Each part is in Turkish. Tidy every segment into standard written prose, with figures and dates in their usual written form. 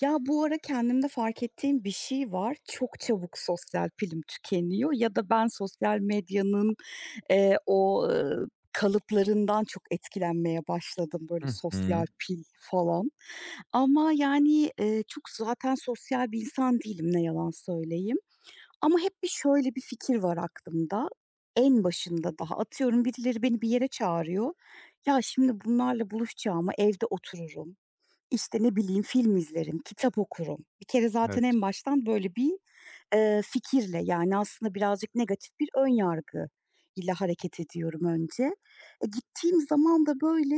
Ya, bu ara kendimde fark ettiğim bir şey var. Çok çabuk sosyal pilim tükeniyor ya da ben sosyal medyanın, eee, o, ııı, kalıplarından çok etkilenmeye başladım, böyle, Hı sosyal hı. pil falan. Ama, yani, çok zaten sosyal bir insan değilim, ne yalan söyleyeyim. Ama hep bir şöyle bir fikir var aklımda. En başında daha, atıyorum, birileri beni bir yere çağırıyor. Ya, şimdi bunlarla buluşacağıma evde otururum. İşte, ne bileyim, film izlerim, kitap okurum. Bir kere zaten Evet. en baştan böyle bir, fikirle, yani, aslında birazcık negatif bir ön yargı ile hareket ediyorum önce. E, gittiğim zaman da, böyle,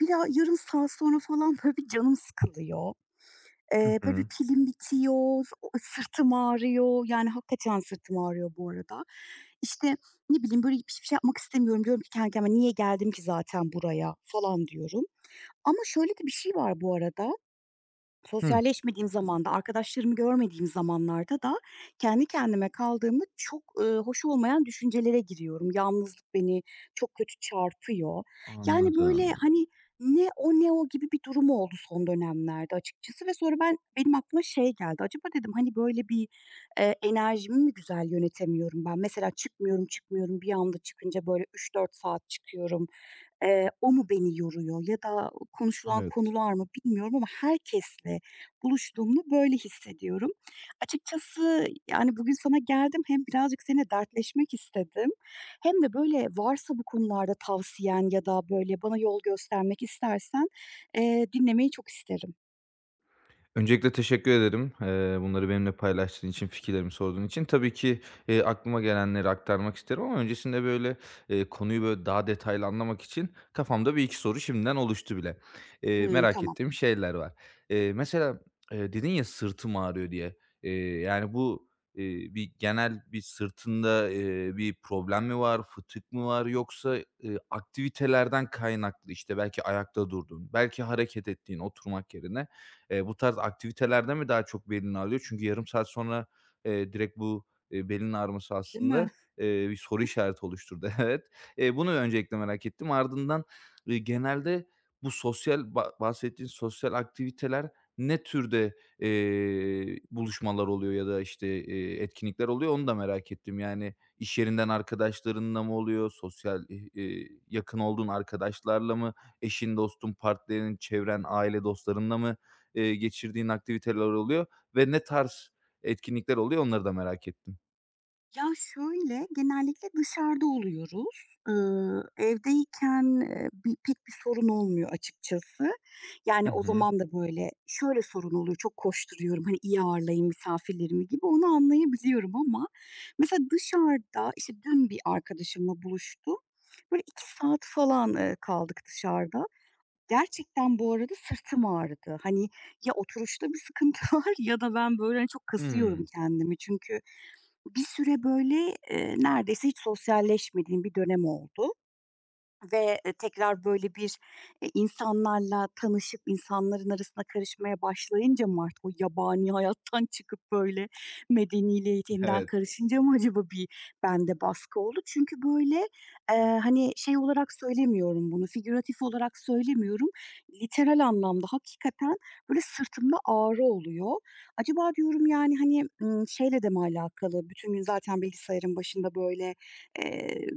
bira yarım saat sonra falan, böyle, bir canım sıkılıyor. Hı Böyle, bir hı. pilim bitiyor, o sırtım ağrıyor. Yani, hakikaten sırtım ağrıyor bu arada. İşte, ne bileyim, böyle, hiçbir şey yapmak istemiyorum. Diyorum ki kendi kendime, "Niye geldim ki zaten buraya?" falan diyorum. Ama şöyle de bir şey var bu arada. Hıh. Sosyalleşmediğim zamanda, arkadaşlarımı görmediğim zamanlarda da kendi kendime kaldığımı çok, hoş olmayan düşüncelere giriyorum. Yalnızlık beni çok kötü çarpıyor. Yani, böyle, Anladım. hani, ne o ne o gibi bir durum oldu son dönemlerde açıkçası ve sonra benim aklıma şey geldi. Acaba dedim, hani, böyle bir, enerjimi mi güzel yönetemiyorum ben? Mesela çıkmıyorum, çıkmıyorum, bir anda çıkınca böyle 3-4 saat çıkıyorum. O mu beni yoruyor ya da konuşulan Evet. konular mı bilmiyorum ama herkesle buluştuğumda böyle hissediyorum. Açıkçası, yani, bugün sana geldim hem birazcık seninle dertleşmek istedim hem de, böyle, varsa bu konularda tavsiyen ya da, böyle, bana yol göstermek istersen, dinlemeyi çok isterim. Öncelikle teşekkür ederim. Bunları benimle paylaştığın için, fikirlerimi sorduğun için. Tabii ki, aklıma gelenleri aktarmak isterim ama öncesinde, böyle, konuyu, böyle, daha detaylı anlamak için kafamda bir iki soru şimdiden oluştu bile. Hımm, Merak tamam. ettiğim şeyler var. Mesela, dedin ya "Sırtım ağrıyor." diye. Eee, Yani bu, eee, bir genel bir sırtında, bir problem mi var, fıtık mı var yoksa, aktivitelerden kaynaklı, işte, belki ayakta durdun, belki hareket ettiğin oturmak yerine, bu tarz aktivitelerde mi daha çok belin ağrıyor? Çünkü yarım saat sonra, direkt bu, belin ağrıması Değil mi? aslında, bir soru işareti oluşturdu. Evet. Bunu öncelikle merak ettim. Ardından, genelde bu sosyal ba bahsettiğin sosyal aktiviteler ne türde, buluşmalar oluyor ya da, işte, etkinlikler oluyor, onu da merak ettim. Yani iş yerinden arkadaşlarınla mı oluyor? Sosyal, ih yakın olduğun arkadaşlarla mı? Eşin, dostun, partnerin, çevren, aile dostlarınla mı, geçirdiğin aktiviteler oluyor ve ne tarz etkinlikler oluyor, onları da merak ettim. Ya, şöyle, genellikle dışarıda oluyoruz. Evdeyken, bi pek bir sorun olmuyor açıkçası. Hı Yani, o hı. zaman da, böyle, şöyle sorun oluyor, çok koşturuyorum, hani, iyi ağırlayayım misafirlerimi gibi, onu anlayabiliyorum ama mesela dışarıda, işte, dün bir arkadaşımla buluştum. Böyle 2 saat falan, kaldık dışarıda. Gerçekten bu arada sırtım ağrıdı. Hani, ya oturuşta bir sıkıntı var ya da ben, böyle, hani, çok Hımm. kasıyorum kendimi çünkü bir süre böyle, neredeyse hiç sosyalleşmediğim bir dönem oldu. Ve, tekrar böyle bir, insanlarla tanışıp insanların arasına karışmaya başlayınca mı artık o yabani hayattan çıkıp böyle medeniliğe yeniden Evet. karışınca mı acaba bir bende baskı oldu? Çünkü böyle, hani, şey olarak söylemiyorum bunu, figüratif olarak söylemiyorum. Literal anlamda hakikaten böyle sırtımda ağrı oluyor. Acaba diyorum, yani, hani, şeyle de mi alakalı? Bütün gün zaten bilgisayarın başında böyle, eee,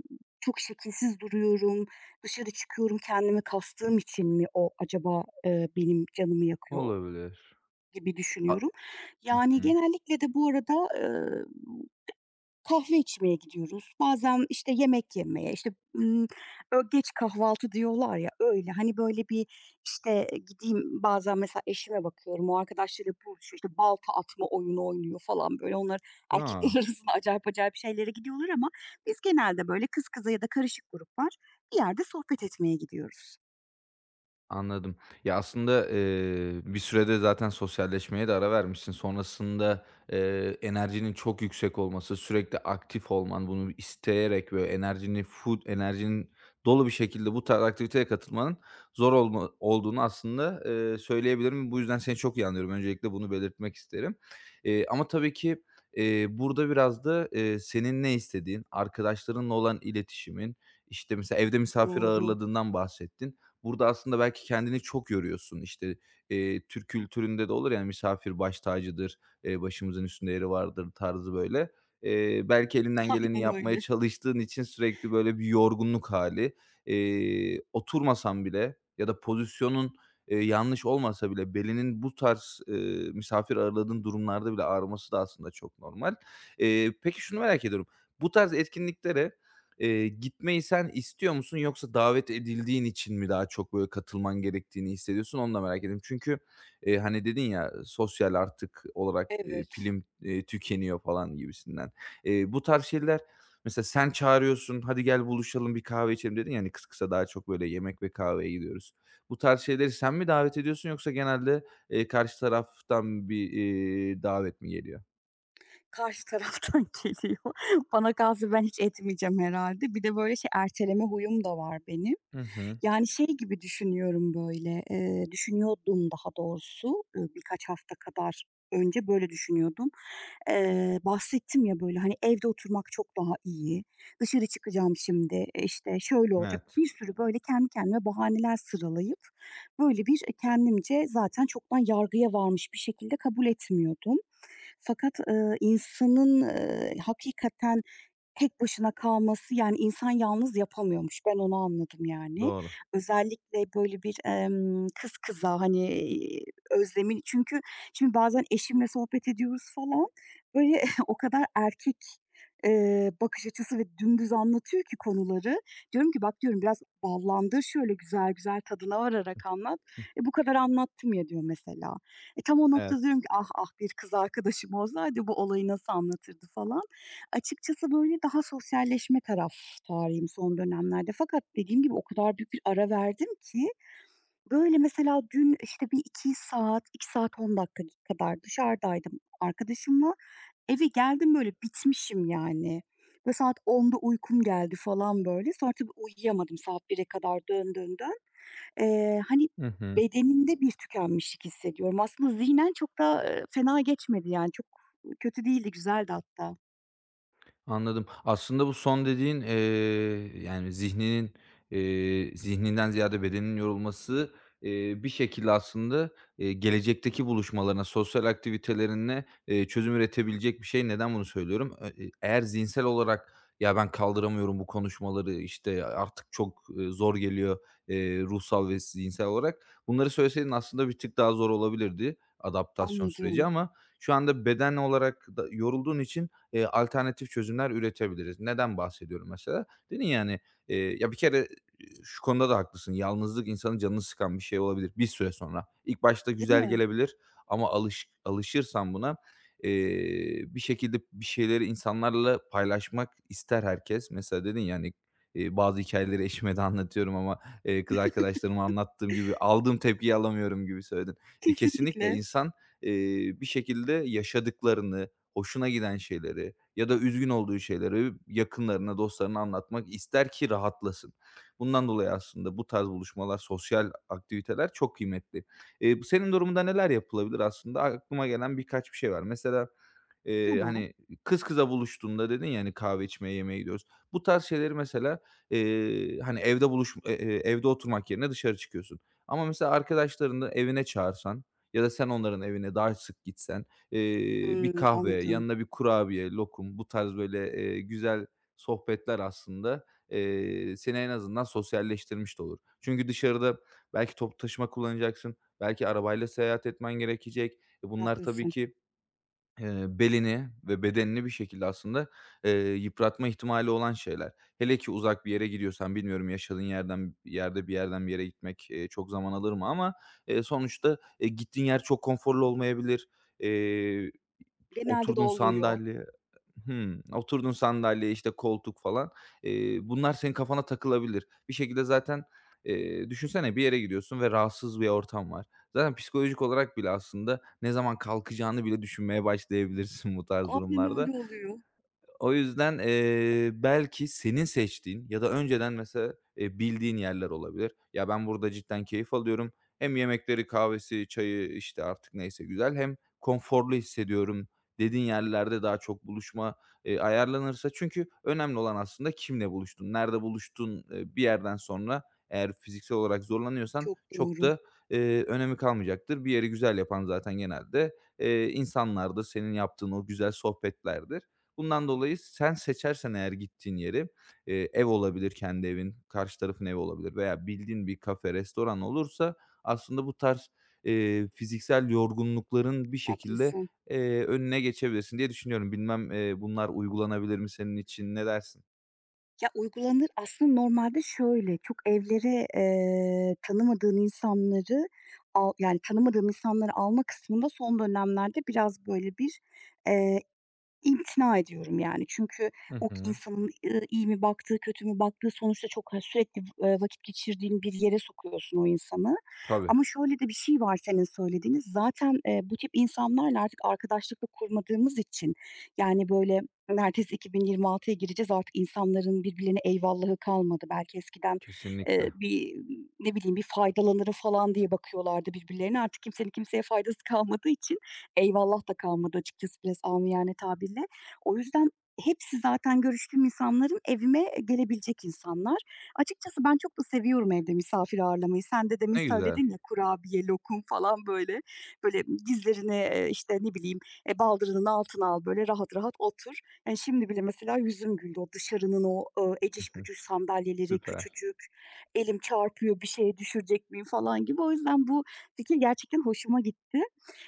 çok şekilsiz duruyorum. Dışarı çıkıyorum, kendimi kastığım için mi o acaba, benim canımı yakıyor Olabilir. gibi A. düşünüyorum. Yani, Hı. genellikle de bu arada, kahve içmeye gidiyoruz. Bazen, işte, yemek yemeye, işte, ımm, ö geç kahvaltı diyorlar ya, öyle. Hani, böyle bir, işte, gideyim bazen mesela eşime bakıyorum, o arkadaşlarıyla buluşuyor, işte, balta atma oyunu oynuyor falan böyle. Onlar erkekler A! arasında acayip acayip şeylere gidiyorlar ama biz genelde böyle kız kıza ya da karışık gruplar bir yerde sohbet etmeye gidiyoruz. Anladım. Ya, aslında, bir sürede zaten sosyalleşmeye de ara vermişsin. Sonrasında, enerjinin çok yüksek olması, sürekli aktif olman, bunu isteyerek ve enerjini full enerjinin dolu bir şekilde bu tarz aktiviteye katılmanın zor olma olduğunu aslında, söyleyebilirim. Bu yüzden seni çok iyi anlıyorum. Öncelikle bunu belirtmek isterim. Ama tabii ki, burada biraz da, senin ne istediğin, arkadaşlarınla olan iletişimin, işte, mesela evde misafir Doğru. ağırladığından bahsettin. Burada aslında belki kendini çok yoruyorsun. İşte, Türk kültüründe de olur, yani misafir baş tacıdır, başımızın üstünde yeri vardır tarzı böyle. Belki elinden geleni Aynen yapmaya öyle. çalıştığın için sürekli böyle bir yorgunluk hali. Oturmasan bile ya da pozisyonun, yanlış olmasa bile belinin bu tarz, misafir ağırladığın durumlarda bile ağrıması da aslında çok normal. Peki şunu merak ediyorum. Bu tarz etkinliklere, gitmeyi sen istiyor musun yoksa davet edildiğin için mi daha çok böyle katılman gerektiğini hissediyorsun? Onu da merak ettim. Çünkü, hani, dedin ya, sosyal artık olarak, Evet, pilim, tükeniyor falan gibisinden. Bu tarz şeyler mesela sen çağırıyorsun, "Hadi gel buluşalım, bir kahve içelim." dedin ya, hani, kısa kısa daha çok böyle yemek ve kahveye gidiyoruz. Bu tarz şeyleri sen mi davet ediyorsun yoksa genelde, karşı taraftan bir, davet mi geliyor? karşı taraftan geliyor. Bana kalsa ben hiç etmeyeceğim herhalde. Bir de böyle şey erteleme huyum da var benim. Hı hı. Yani, şey gibi düşünüyorum böyle, düşünüyordum daha doğrusu, birkaç hafta kadar önce böyle düşünüyordum. Bahsettim ya böyle, hani, evde oturmak çok daha iyi, dışarı çıkacağım şimdi, işte, şöyle olacak, Evet. bir sürü böyle kendi kendime bahaneler sıralayıp böyle bir, kendimce zaten çoktan yargıya varmış bir şekilde kabul etmiyordum. Fakat, insanın, hakikaten tek başına kalması, yani, insan yalnız yapamıyormuş. Ben onu anladım, yani. Doğru. Özellikle böyle bir, kız kıza, hani, özlemin. Çünkü şimdi bazen eşimle sohbet ediyoruz falan, böyle o kadar erkek, bakış açısı ve dümdüz anlatıyor ki konuları. Diyorum ki, "Bak," diyorum, "biraz ballandır şöyle güzel güzel, tadına vararak anlat." "E, bu kadar anlattım ya." diyor mesela. E, tam o noktada Evet. diyorum ki, "Ah, ah, bir kız arkadaşım olsaydı bu olayı nasıl anlatırdı?" falan. Açıkçası, böyle, daha sosyalleşme taraftarıyım son dönemlerde. Fakat dediğim gibi o kadar büyük bir ara verdim ki böyle, mesela dün, işte, bir 2 saat, 2 saat 10 dakika kadar dışarıdaydım arkadaşımla. Eve geldim, böyle, bitmişim yani ve saat 10'da uykum geldi falan, böyle. Sonra tabii uyuyamadım, saat 1'e kadar dön, dön, dön. Hani, Hı hı. bedenimde bir tükenmişlik hissediyorum. Aslında zihnen çok da, fena geçmedi yani. Çok kötü değildi, güzeldi hatta. Anladım. Aslında bu son dediğin, yani zihninin, zihninden ziyade bedenin yorulması, bir şekilde aslında, gelecekteki buluşmalarına, sosyal aktivitelerine, çözüm üretebilecek bir şey. Neden bunu söylüyorum? Ö e Eğer zihinsel olarak "Ya, ben kaldıramıyorum bu konuşmaları, işte, artık çok, zor geliyor, ruhsal ve zihinsel olarak." bunları söyleseydin aslında bir tık daha zor olabilirdi adaptasyon süreci, Anladım. ama şu anda beden olarak da yorulduğun için, alternatif çözümler üretebiliriz. Neden bahsediyorum mesela? Dedin yani, hani, ya, bir kere, şu konuda da haklısın. Yalnızlık insanın canını sıkan bir şey olabilir bir süre sonra. İlk başta Değil güzel mi? gelebilir ama alışırsan buna, bir şekilde bir şeyleri insanlarla paylaşmak ister herkes. Mesela dedin yani hani, bazı hikayeleri eşime de anlatıyorum ama, kız arkadaşlarıma anlattığım gibi aldığım tepkiyi alamıyorum gibi söyledin. E, kesinlikle Kesinlikle. insan, bir şekilde yaşadıklarını, hoşuna giden şeyleri ya da üzgün olduğu şeyleri yakınlarına, dostlarına anlatmak ister ki rahatlasın. Bundan dolayı aslında bu tarz buluşmalar, sosyal aktiviteler çok kıymetli. Senin durumunda neler yapılabilir aslında? Aklıma gelen birkaç bir şey var. Mesela, Tamam. hani, kız kıza buluştuğunda dedin ya, hani, "Kahve içmeye, yemeğe gidiyoruz." Bu tarz şeyleri mesela, hani, evde buluş e evde oturmak yerine dışarı çıkıyorsun. Ama mesela arkadaşlarını evine çağırsan ya da sen onların evine daha sık gitsen, bir Hımm, kahve, anladım. yanına bir kurabiye, lokum bu tarz böyle, güzel sohbetler aslında, seni en azından sosyalleştirmiş de olur. Çünkü dışarıda belki toplu taşıma kullanacaksın, belki arabayla seyahat etmen gerekecek. E, bunlar tabii Haklısın. ki, belini ve bedenini bir şekilde aslında, yıpratma ihtimali olan şeyler. Hele ki uzak bir yere gidiyorsan, bilmiyorum yaşadığın yerden yerde bir yerden bir yere gitmek, çok zaman alır mı, ama, sonuçta, gittiğin yer çok konforlu olmayabilir. Eee, Genelde de oturduğun olmuyor. sandalye Hımm. Oturduğun sandalye, işte, koltuk falan, bunlar senin kafana takılabilir. Bir şekilde zaten, düşünsene bir yere gidiyorsun ve rahatsız bir ortam var. Zaten psikolojik olarak bile aslında ne zaman kalkacağını bile düşünmeye başlayabilirsin bu tarz Aynen öyle durumlarda. oluyor. O yüzden, belki senin seçtiğin ya da önceden mesela, bildiğin yerler olabilir. Ya, ben burada cidden keyif alıyorum. Hem yemekleri, kahvesi, çayı, işte, artık neyse güzel, hem konforlu hissediyorum dediğin yerlerde daha çok buluşma, ayarlanırsa, çünkü önemli olan aslında kimle buluştun, nerede buluştun, bir yerden sonra eğer fiziksel olarak zorlanıyorsan Çok çok doğru, da, önemi kalmayacaktır. Bir yeri güzel yapan zaten genelde, insanlardır, senin yaptığın o güzel sohbetlerdir. Bundan dolayı sen seçersen eğer gittiğin yeri, ev olabilir, kendi evin, karşı tarafın evi olabilir veya bildiğin bir kafe, restoran olursa aslında bu tarz, fiziksel yorgunlukların bir şekilde, haklısın. Önüne geçebilirsin diye düşünüyorum. Bilmem, bunlar uygulanabilir mi senin için, ne dersin? Ya, uygulanır aslında normalde şöyle, çok evlere, tanımadığın insanları yani tanımadığın insanları alma kısmında son dönemlerde biraz böyle bir, eee, İmtina ediyorum yani. Çünkü Hı o hı. insanın, iyi mi baktığı, kötü mü baktığı sonuçta çok ha sürekli, vakit geçirdiğin bir yere sokuyorsun o insanı. Tabii, Ama şöyle de bir şey var senin söylediğiniz. Zaten, bu tip insanlarla artık arkadaşlık kurmadığımız için, yani, böyle, neredeyse 2026'ya gireceğiz, artık insanların birbirlerine eyvallahı kalmadı. Belki eskiden, kesinlikle. bir, ne bileyim, bir faydalanırı falan diye bakıyorlardı birbirlerine. Artık kimsenin kimseye faydası kalmadığı için eyvallah da kalmadı açıkçası biraz amiyane tabirle. O yüzden hepsi zaten görüştüğüm insanların evime gelebilecek insanlar. Açıkçası ben çok da seviyorum evde misafir ağırlamayı. Sen de demin Ne güzel. söyledin ya kurabiye, lokum falan böyle. Böyle dizlerini, işte, ne bileyim, baldırının altına al, böyle rahat rahat otur. Yani şimdi bile mesela yüzüm güldü o dışarının o, Hı eciş hı. bücüş sandalyeleri Süper. küçücük, elim çarpıyor, bir şeye düşürecek miyim falan gibi. O yüzden bu fikir gerçekten hoşuma gitti.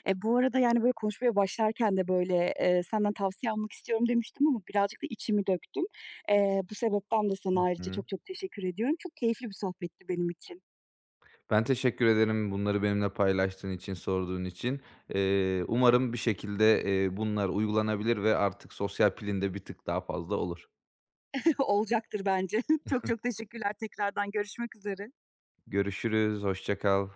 E, bu arada, yani, böyle, konuşmaya başlarken de, böyle, senden tavsiye almak istiyorum demiştim ama birazcık da içimi döktüm. Bu sebepten de sana Hı ayrıca hı. çok çok teşekkür ediyorum. Çok keyifli bir sohbetti benim için. Ben teşekkür ederim bunları benimle paylaştığın için, sorduğun için. Umarım bir şekilde, bunlar uygulanabilir ve artık sosyal pilin de bir tık daha fazla olur. Olacaktır bence. Çok çok teşekkürler tekrardan. Görüşmek üzere. Görüşürüz, hoşça kal.